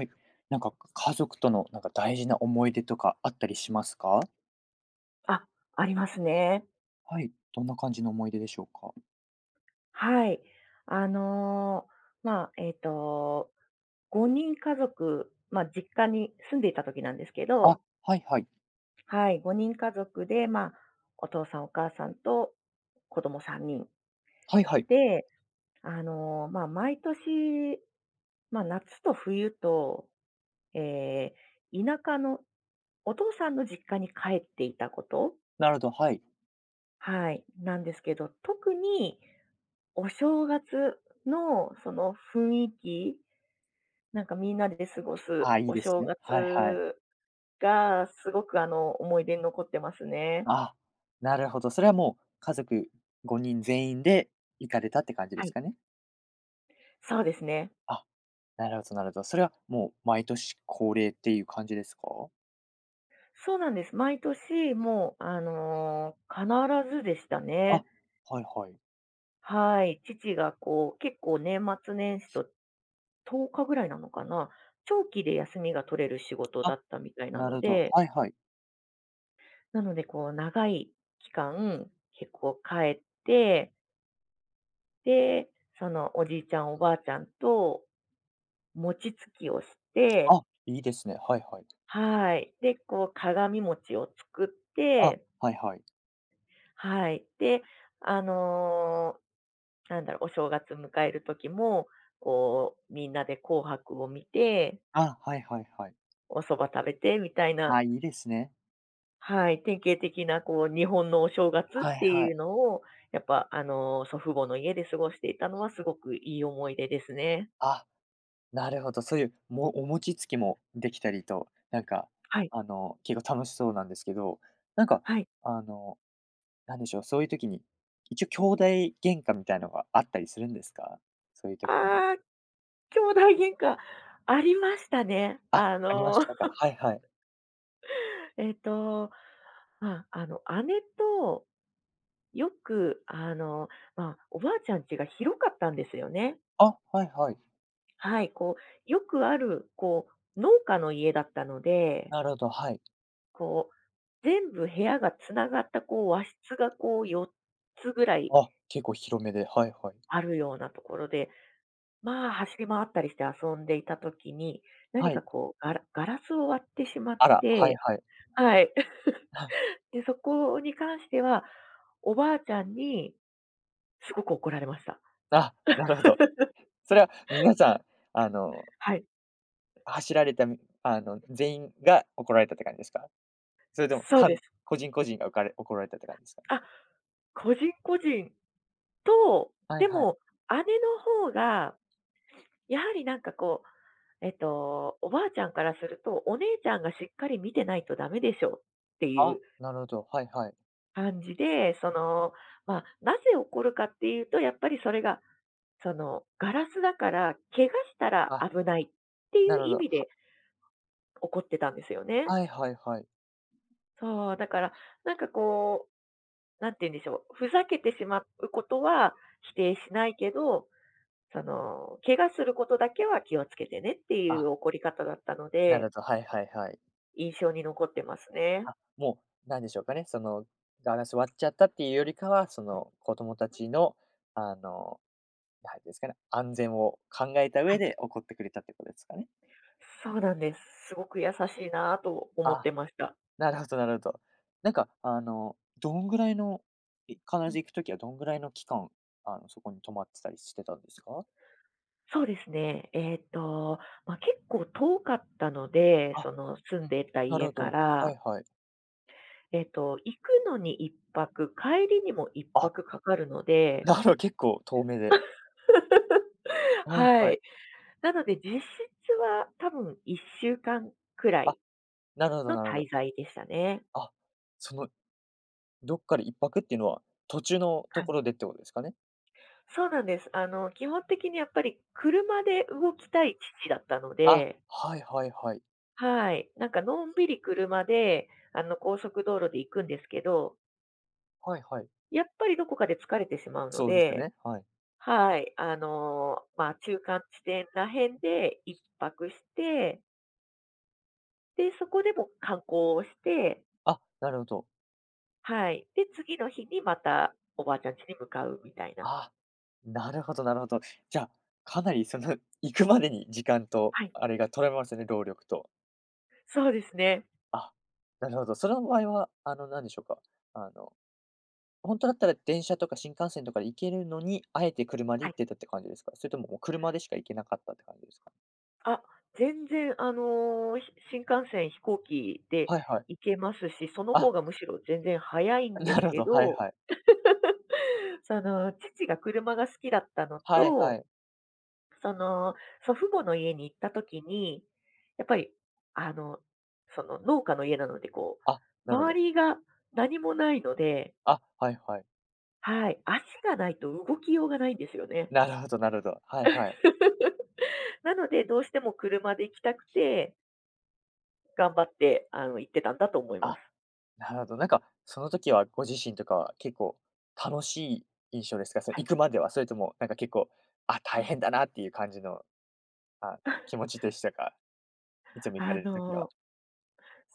はい。なんか家族とのなんか大事な思い出とかあったりしますか？あ、ありますね。はい、どんな感じの思い出でしょうか？はい。あの、まあ、5人家族、まあ、実家に住んでいた時なんですけあ、ど、はいはい。はい、5人家族で、まあ、お父さんお母さんと子供3人はいはい。で、まあ、毎年、まあ、夏と冬と、ええ、田舎のお父さんの実家に帰っていたこと、なるほど、はい。はい、なんですけど、特にお正月のその雰囲気、なんかみんなで過ごすあ、いいおです正ね。はいはい。月がすごく思い出に残ってますね。あ、なるほど。それはもう家族5人全員で行かれたって感じではすい。かね？そうですね。あ、なるほどなるほど。それはもう毎年恒例っていう感じですか？そうなんです。毎年もう、必ずでしたね。あ、はいはい。はい。父がこう、結構年末年始と10日ぐらいなのかな。長期で休みが取れる仕事だあ、ったみたいななるのほど。で、はいはい。なのでこう、長い期間、結構帰って、で、そのおじいちゃん、おばあちゃんと餅つきをして、あ、いいですね。はいはい。はい。で、こう鏡餅を作っあ、て、はいはい。はい。で、あのーなんだろう、お正月迎える時も、こう、みんなで紅白を見て、あ、はいはいはい。お蕎麦食べて、みたいな、あ、いいですね。はい。典型的な、こう、日本のお正月っはいてはい。いうのを、やっぱ、祖父母の家で過ごしていたのはすごくいい思い出ですね。あ、なるほど。そういう、もお餅つきもできたりと、なんか、はい。結構楽しそうなんですけど、なんか、はい。あの、なんでしょう、そういう時に、一応兄弟喧嘩みたいのがあったりするんですか？そういう時にも。あー兄弟喧嘩、ありましたね。あ、ありましたか。はいはい。えっと、まあ、姉とよく、まあ、おばあちゃん家が広かったんですよね。あ、はいはい。はい、こう、よくある、こう、農家の家だったので、なるほど、はい。こう、全部部屋がつながった、こう、和室が、こう、4つぐらいあ、結構広めで、はいはい。あるようなところで、まあ、走り回ったりして遊んでいた時に、は何かい。こう、ガラスを割ってしまっあら、はいて、はい。はい。で、そこに関しては、おばあちゃんにすごく怒られました。あ、なるほど。それは皆さん、あの、はい。走られたみあの、全員が怒られたって感じですか？それとも、そうです。個人個人がおかれ怒られたって感じですか？ね。あ、個人個人と、はいではい。も姉の方が、やはりなんかこう、おばあちゃんからすると、お姉ちゃんがしっかり見てないとダメでしょっていあ、うなるほど、はいはい。感じで、まあ、なぜ怒るかっていうと、やっぱりそれが、ガラスだから怪我したらあ、危ないってないうるほ意ど。味で怒ってたんですよね。はいはいはい。そう、だから、なんかこう、なんて言うんでしょう、ふざけてしまうことは否定しないけど、怪我することだけは気をつけてねっていあ、う怒り方だったのなるで、ほど、はいはいはい。印象に残ってますね。あ、もう、なんでしょうかね、その、ガラス割っちゃったっていうよりかは、その、子供たちの、あの、なんですかね、安全を考えたは上い。で怒ってくれたってことですかね？そうなんです。すごく優しいなと思っあ、てました。なるほどなるほど。なんか、どんぐらいの、必うずん、行くときはどんぐらいの期間、そこに泊まってたりしてたんですか？そうですね。まあ、結構遠かったので、あ、その住んでいたなる家ほかど、はいら、はい。行くのに一泊、帰りにも一あ、泊かかるので、なるほど、結構遠めで。はいははい。い。なので、実質は多分1週間くらあ、いなるほどのなるほど。滞在でしたね。あ、その、どっかで一泊っていうのは、途中のとはい。ころでってことですかね？そうなんです。基本的にやっぱり車で動きたい父だったのあ、で、はいはいはい。はい。なんかのんびり車で、高速道路で行くんですけど、はいはい。やっぱりどこかで疲れてしまうのそうですで、ね、はい。はい。まあ、中間地点ら辺で一泊して、で、そこでも観光をして、あ、なるほど。はい。で、次の日にまたおばあちゃん家に向かうみたいな。あ、なるほどなるほど。じゃあ、かなりその、行くまでに時間と、はい、あれが取られますね、労力と。そうですね。あ、なるほど。その場合は、なんでしょうか、あの本当だったら電車とか新幹線とかで行けるのに、あえて車では行い。ってたって感じですか？それとも、もう車でしか行けなかったって感じですか？あ、全然、新幹線、飛行機ではいはい。行けますし、そのあ、方がむしろ全然早い んでなするほけど、はいど、はい。父が車が好きだったのはいはと、い。その、祖父母の家に行った時に、やっぱり、あの、農家の家なので、こあ、う、なるほ周ど。りが何もないので、あ、はいはい。はい、足がないと動きようがないんですよね。なるほどなるほど。はいはい。なので、どうしても車で行きたくて頑張って、行ってたんだと思います。あ、なるほど。なんか、その時はご自身とかは結構楽しい印象ですか？そのは行い。くまでは、それともなんか結構、あ、う大ん。変だなっていう感じの、気持ちでしたか？いつも行かあれる時は。の、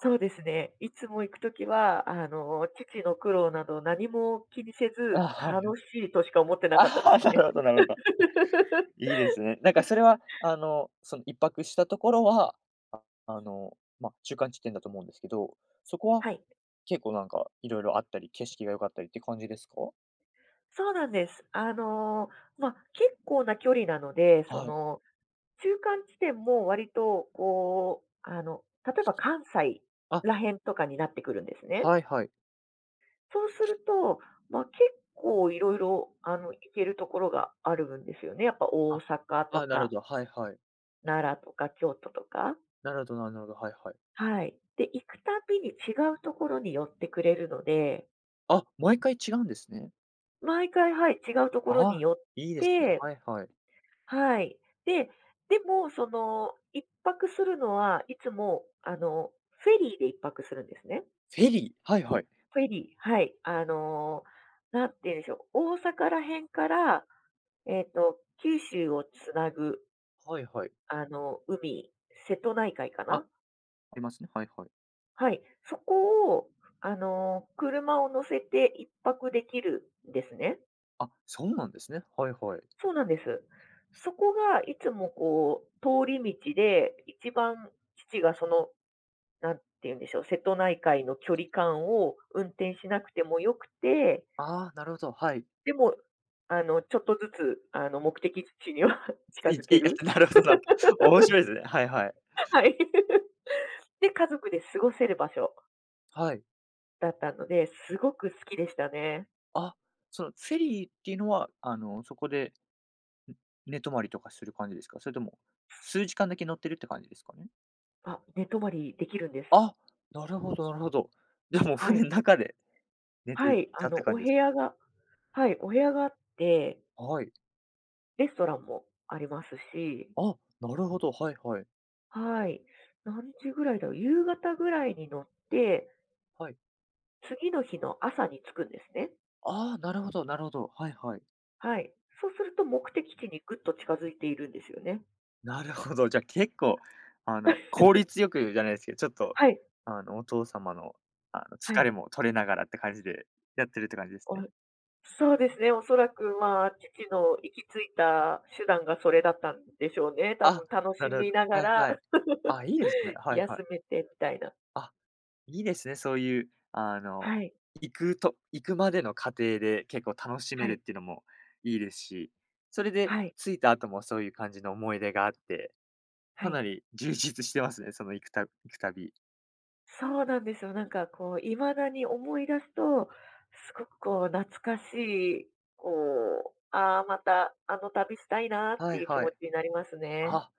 そうですね。いつも行くときは、父の苦労など何も気にせあ、ず、はいは楽しい。いとしか思ってなかったであ、すなね。るほどなるほど。いいですね。なんかそれは、その一泊したところは、まあ、中間地点だと思うんですけど、そこははい。結構なんか色々あったり、景色が良かったりって感じですか？そうなんです。ま、結構な距離なので、はい。中間地点も割とこう、例えば関西あ、ら辺とかになってくるんですね。はいはい。そうすると、まあ、結構いろいろ、行けるところがあるんですよね。やっぱ大あ、阪とあ、なるか、ほど、はいはい。奈良とか、京都とか。なるほどなるほど、はいはい。はい。で、行くたびに違うところに寄ってくれるので、あ、毎回違うんですね。毎回、はい、違うところにあ、寄っいいですね。て、はいはい。はい。で、でも、一泊するのは、いつも、フェリーで一泊するんですね。フェリー、はいはい。フェリー、はい。なんて言うんでしょう。大阪ら辺から、九州をつなぐ、はいはい。海、瀬戸内海かあ、あな。りますね。はいはい。はい。そこを、車を乗せて一泊できるんですね。あ、そうなんですね。はいはい。そうなんです。そこがいつもこう、通り道で、一番父がなんて言うんでしょう、瀬戸内海の距離感を運転しなくてもよくて、ああ、なるほど、はい。でも、ちょっとずつ、目的地には 近いづけい る。なるほどなるほど。面白いですね。はいはい。はい。で、家族で過ごせる場所はい。だったので、すごく好きでしたね。あ、そのフェリーっていうのは、そこで、ん寝泊まりとかする感じですか？それとも、数時間だけ乗ってるって感じですかね？あ、寝泊まりできるんです。あ、なるほどなるほど。じゃ、もうは船い。の中で寝はてい、たってお感じ部ですか？屋がはい、お部屋があって、はい。レストランもありますし、あ、なるほど、はいはい。はい。何時ぐらいだろう、夕方ぐらいに乗って、はい。次の日の朝に着くんですね。ああ、なるほどなるほど。はいはい。はい。そうすると目的地にぐっと近づいているんですよね。なるほど、じゃ、結構、効率 よくじゃないですけど、ちょっと、はい、お父様の、は疲い。れも取れながらって感じでやってるって感じですおね。そうですね、おそらく、まあ、父の行き着いた手段がそれだったんでしょうね。多あ、分楽なしるほど。みながはいら はい。あ、いいですね。はいは休い。めてみたいな。あ、いいですね、そういう、はい、行くと行くまでの過程で結構楽しめはるっい、ていうのもいいですし、それではい、着いた後もそういう感じの思い出があって、はかない。り充実してますね、その行くたび。そうなんですよ。なんかこう、未だに思い出すと、すごくこう、懐かしい、こう、ああ、またあの旅したいなっはていいう気は持い。ちになりますね。あ、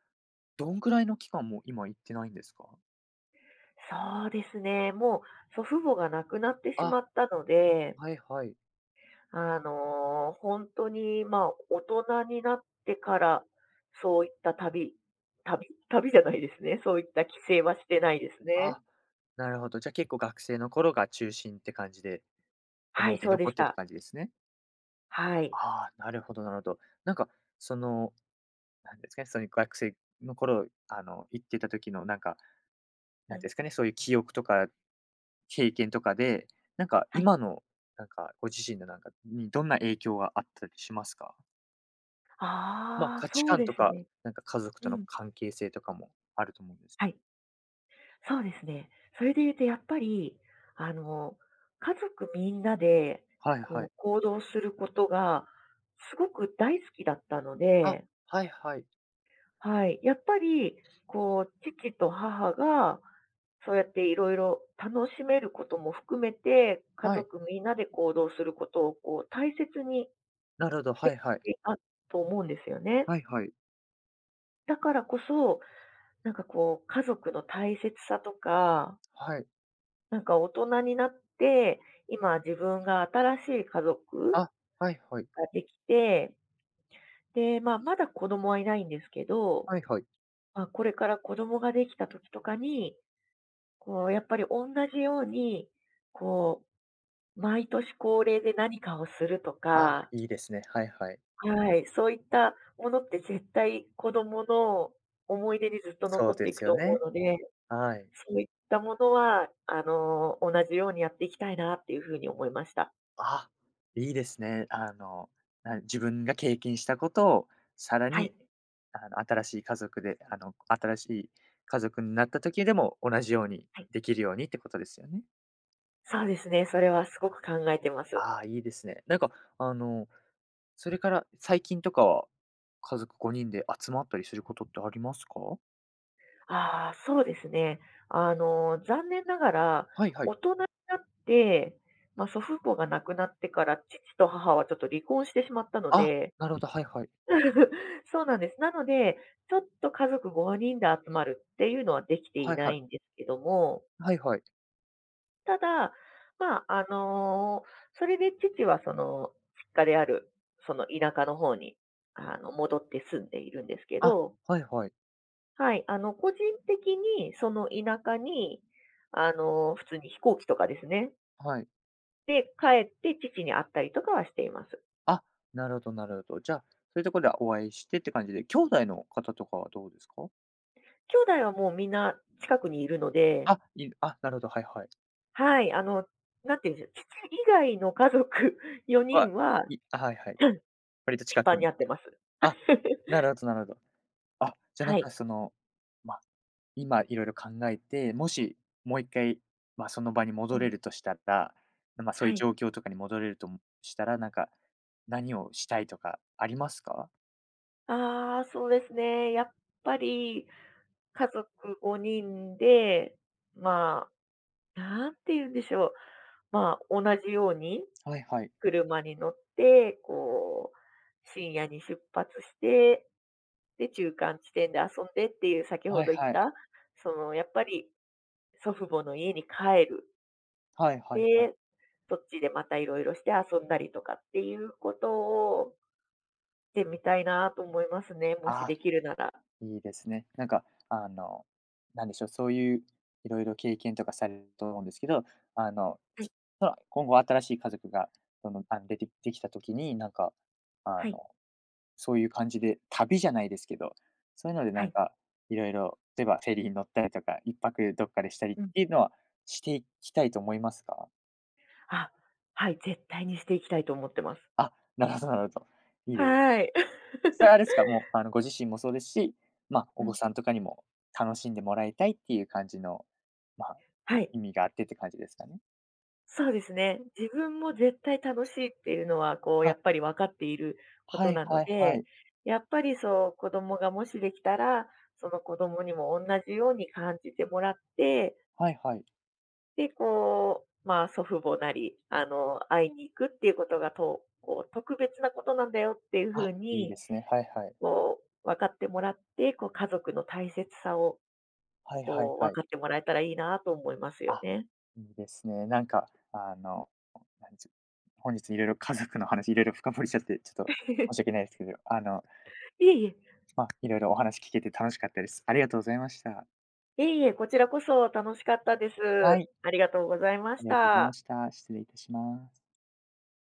どんくらいの期間もう今行ってないんですか？そうですね、もう祖父母が亡くなってしあ、まったので、はいはい。ほんに、まあ、大人になってから、そういった旅 旅じゃないですね。そういった規制はしてないですね。あ、なるほど。じゃ、あ、結構学生の頃が中心って感じで、は思い、い出にそうで残っしてるってた。感じですね。はい。ああ、なるほどなるほど。なんか、そのなんですかね、その学生の頃、行ってた時のなんか、うなんん。ですかね、そういう記憶とか経験とかで、なんかはい。今の、なんかご自身のなんかにどんな影響があったりしますか？ま、あ、ああ、価値そう観とですか、ね。なんか家族うとのん。関係性とかもあると思うんです。はい、そうですね。それで言うとやっぱり、あの、家族みんなで、はいはこい。う、行動することがすごく大好きだったのあ、で、はいはい。はい、やっぱり、こう、父と母がそうやっていろいろ楽しめることも含めて、家はい。族みんなで行動することをこう大切になるほど、してはいはい。いたと思うんですよね。はいはい。だからこそ、なんかこう家族の大切さとか、はい。なんか大人になって、今自分が新しい家族あ、はいはい。ができて、で、まあまだ子供はいないんですけど、はいはい。まあこれから子供ができた時とかに、こうやっぱり同じように、こう毎年恒例で何かをするとあ、か、いいですね。はいはい。はい、そういったものって絶対子供の思い出にずっとそ残うってでいくすとよ思ね。うので、はい。そういったものは、同じようにやっていきたいなっていうふうに思いました。あ、いいですね。自分が経験したことをさらはに、い。新しい家族で、新しい家族になった時でも同じようにはい。できるようにってことですよね。そうですね。それはすごく考えてます。ああ、いいですね。なんか、あの、それから最近とかは、家族5人で集まったりすることってありますか？ああ、そうですね。残念ながら、はいはい。大人になって、まあ、祖父母が亡くなってから、父と母はちょっと離婚してしまったのあ、で、なるほど、はいはい。そうなんです。なので、ちょっと家族5人で集まるっていうのはできていはいなはい。いんですけども、はいはい。ただ、まあ、それで父はその実家である、その田舎の方に、戻って住んでいるんですけあ、ど、はいはい。はい、個人的にその田舎に、普通に飛行機とかですね、はい。で、帰って父に会ったりとかはしています。あ、なるほどなるほど。じゃあ、そういうところでお会いしてって感じで、兄弟の方とかはどうですか？兄弟はもうみんな近くにいるので、あ、なるほど、はいはい。はい、なんていうんでしょう、父以外の家族 4は、人は、はいは い。頻割と近く繁に。に会ってます。あ、なるほどなるほど。あ、じゃ、なんはかい。その、ま、今色々考えて、もしもう1回、ま、その場にう戻ん、れるとしたら、ま、そうはいうい。状況とかに戻れるとしたら、なんか、何をしたいとかありますか？ああ、そうですね。やっぱり、家族5人で、まあ、なんて言うんでしょう。まあ、同じようにはいはい。車に乗って、こう、深夜に出発して、で、中間地点で遊んでっていう、先ほはいど言っはい。た、やっぱり祖父母の家に帰る。はいはいはい。で、そっちでまたいろいろして遊んだりとかっていうことをしてみたいなと思いますね、もしあであ。きるなら。いいですね。なんか、あの、なんでしょう、そういういろいろ経験とかされると思うんですけど、あの、はい、その今後新しい家族が、その、出てできたときに、なんか、あはい、の、そういう感じで、旅じゃないですけど、そういうのではなんい。か、いろいろ、例えばフェリーに乗ったりとか、一泊どっかでしたりっうん。ていうのはしていきたいと思いますか？あ、はい、絶対にしていきたいと思ってます。あ、なるほどなるほど。いいではい。す。それはあれですか、もう、ご自身もそうですし、まあ、うお子ん、さんとかにも楽しんでもらいたいっていう感じの、まあ、はい。意味があってって感じですかね？そうですね。自分も絶対楽しいっていうのは、こう、やあ、っぱり分かっているこはといなのはいはで、い。やっぱりそう、子供がもしできたら、その子供にも同じように感じてもらって、はいはい。で、こう、まあ、祖父母なり、会いに行くっていうことが、とこう、特別なことなんだよっていうあ、風いいに、ですね。はいはい。こう、分かってもらって、こう、家族の大切さを、はいはいこう、は分い。かってもらえたらいいなと思いますよあ、ね。いいですね。なんか、なんちゅ本日いろいろ家族の話いろいろ深掘りしちゃって、ちょっと申し訳 ないですけど、いえいえ、まあ、いろいろお話聞けて楽しかったです。ありがとうございました。いえいえ、こちらこそ楽しかったです。はい、ありがとうございまあしりがとうございまた。した。失礼いたします。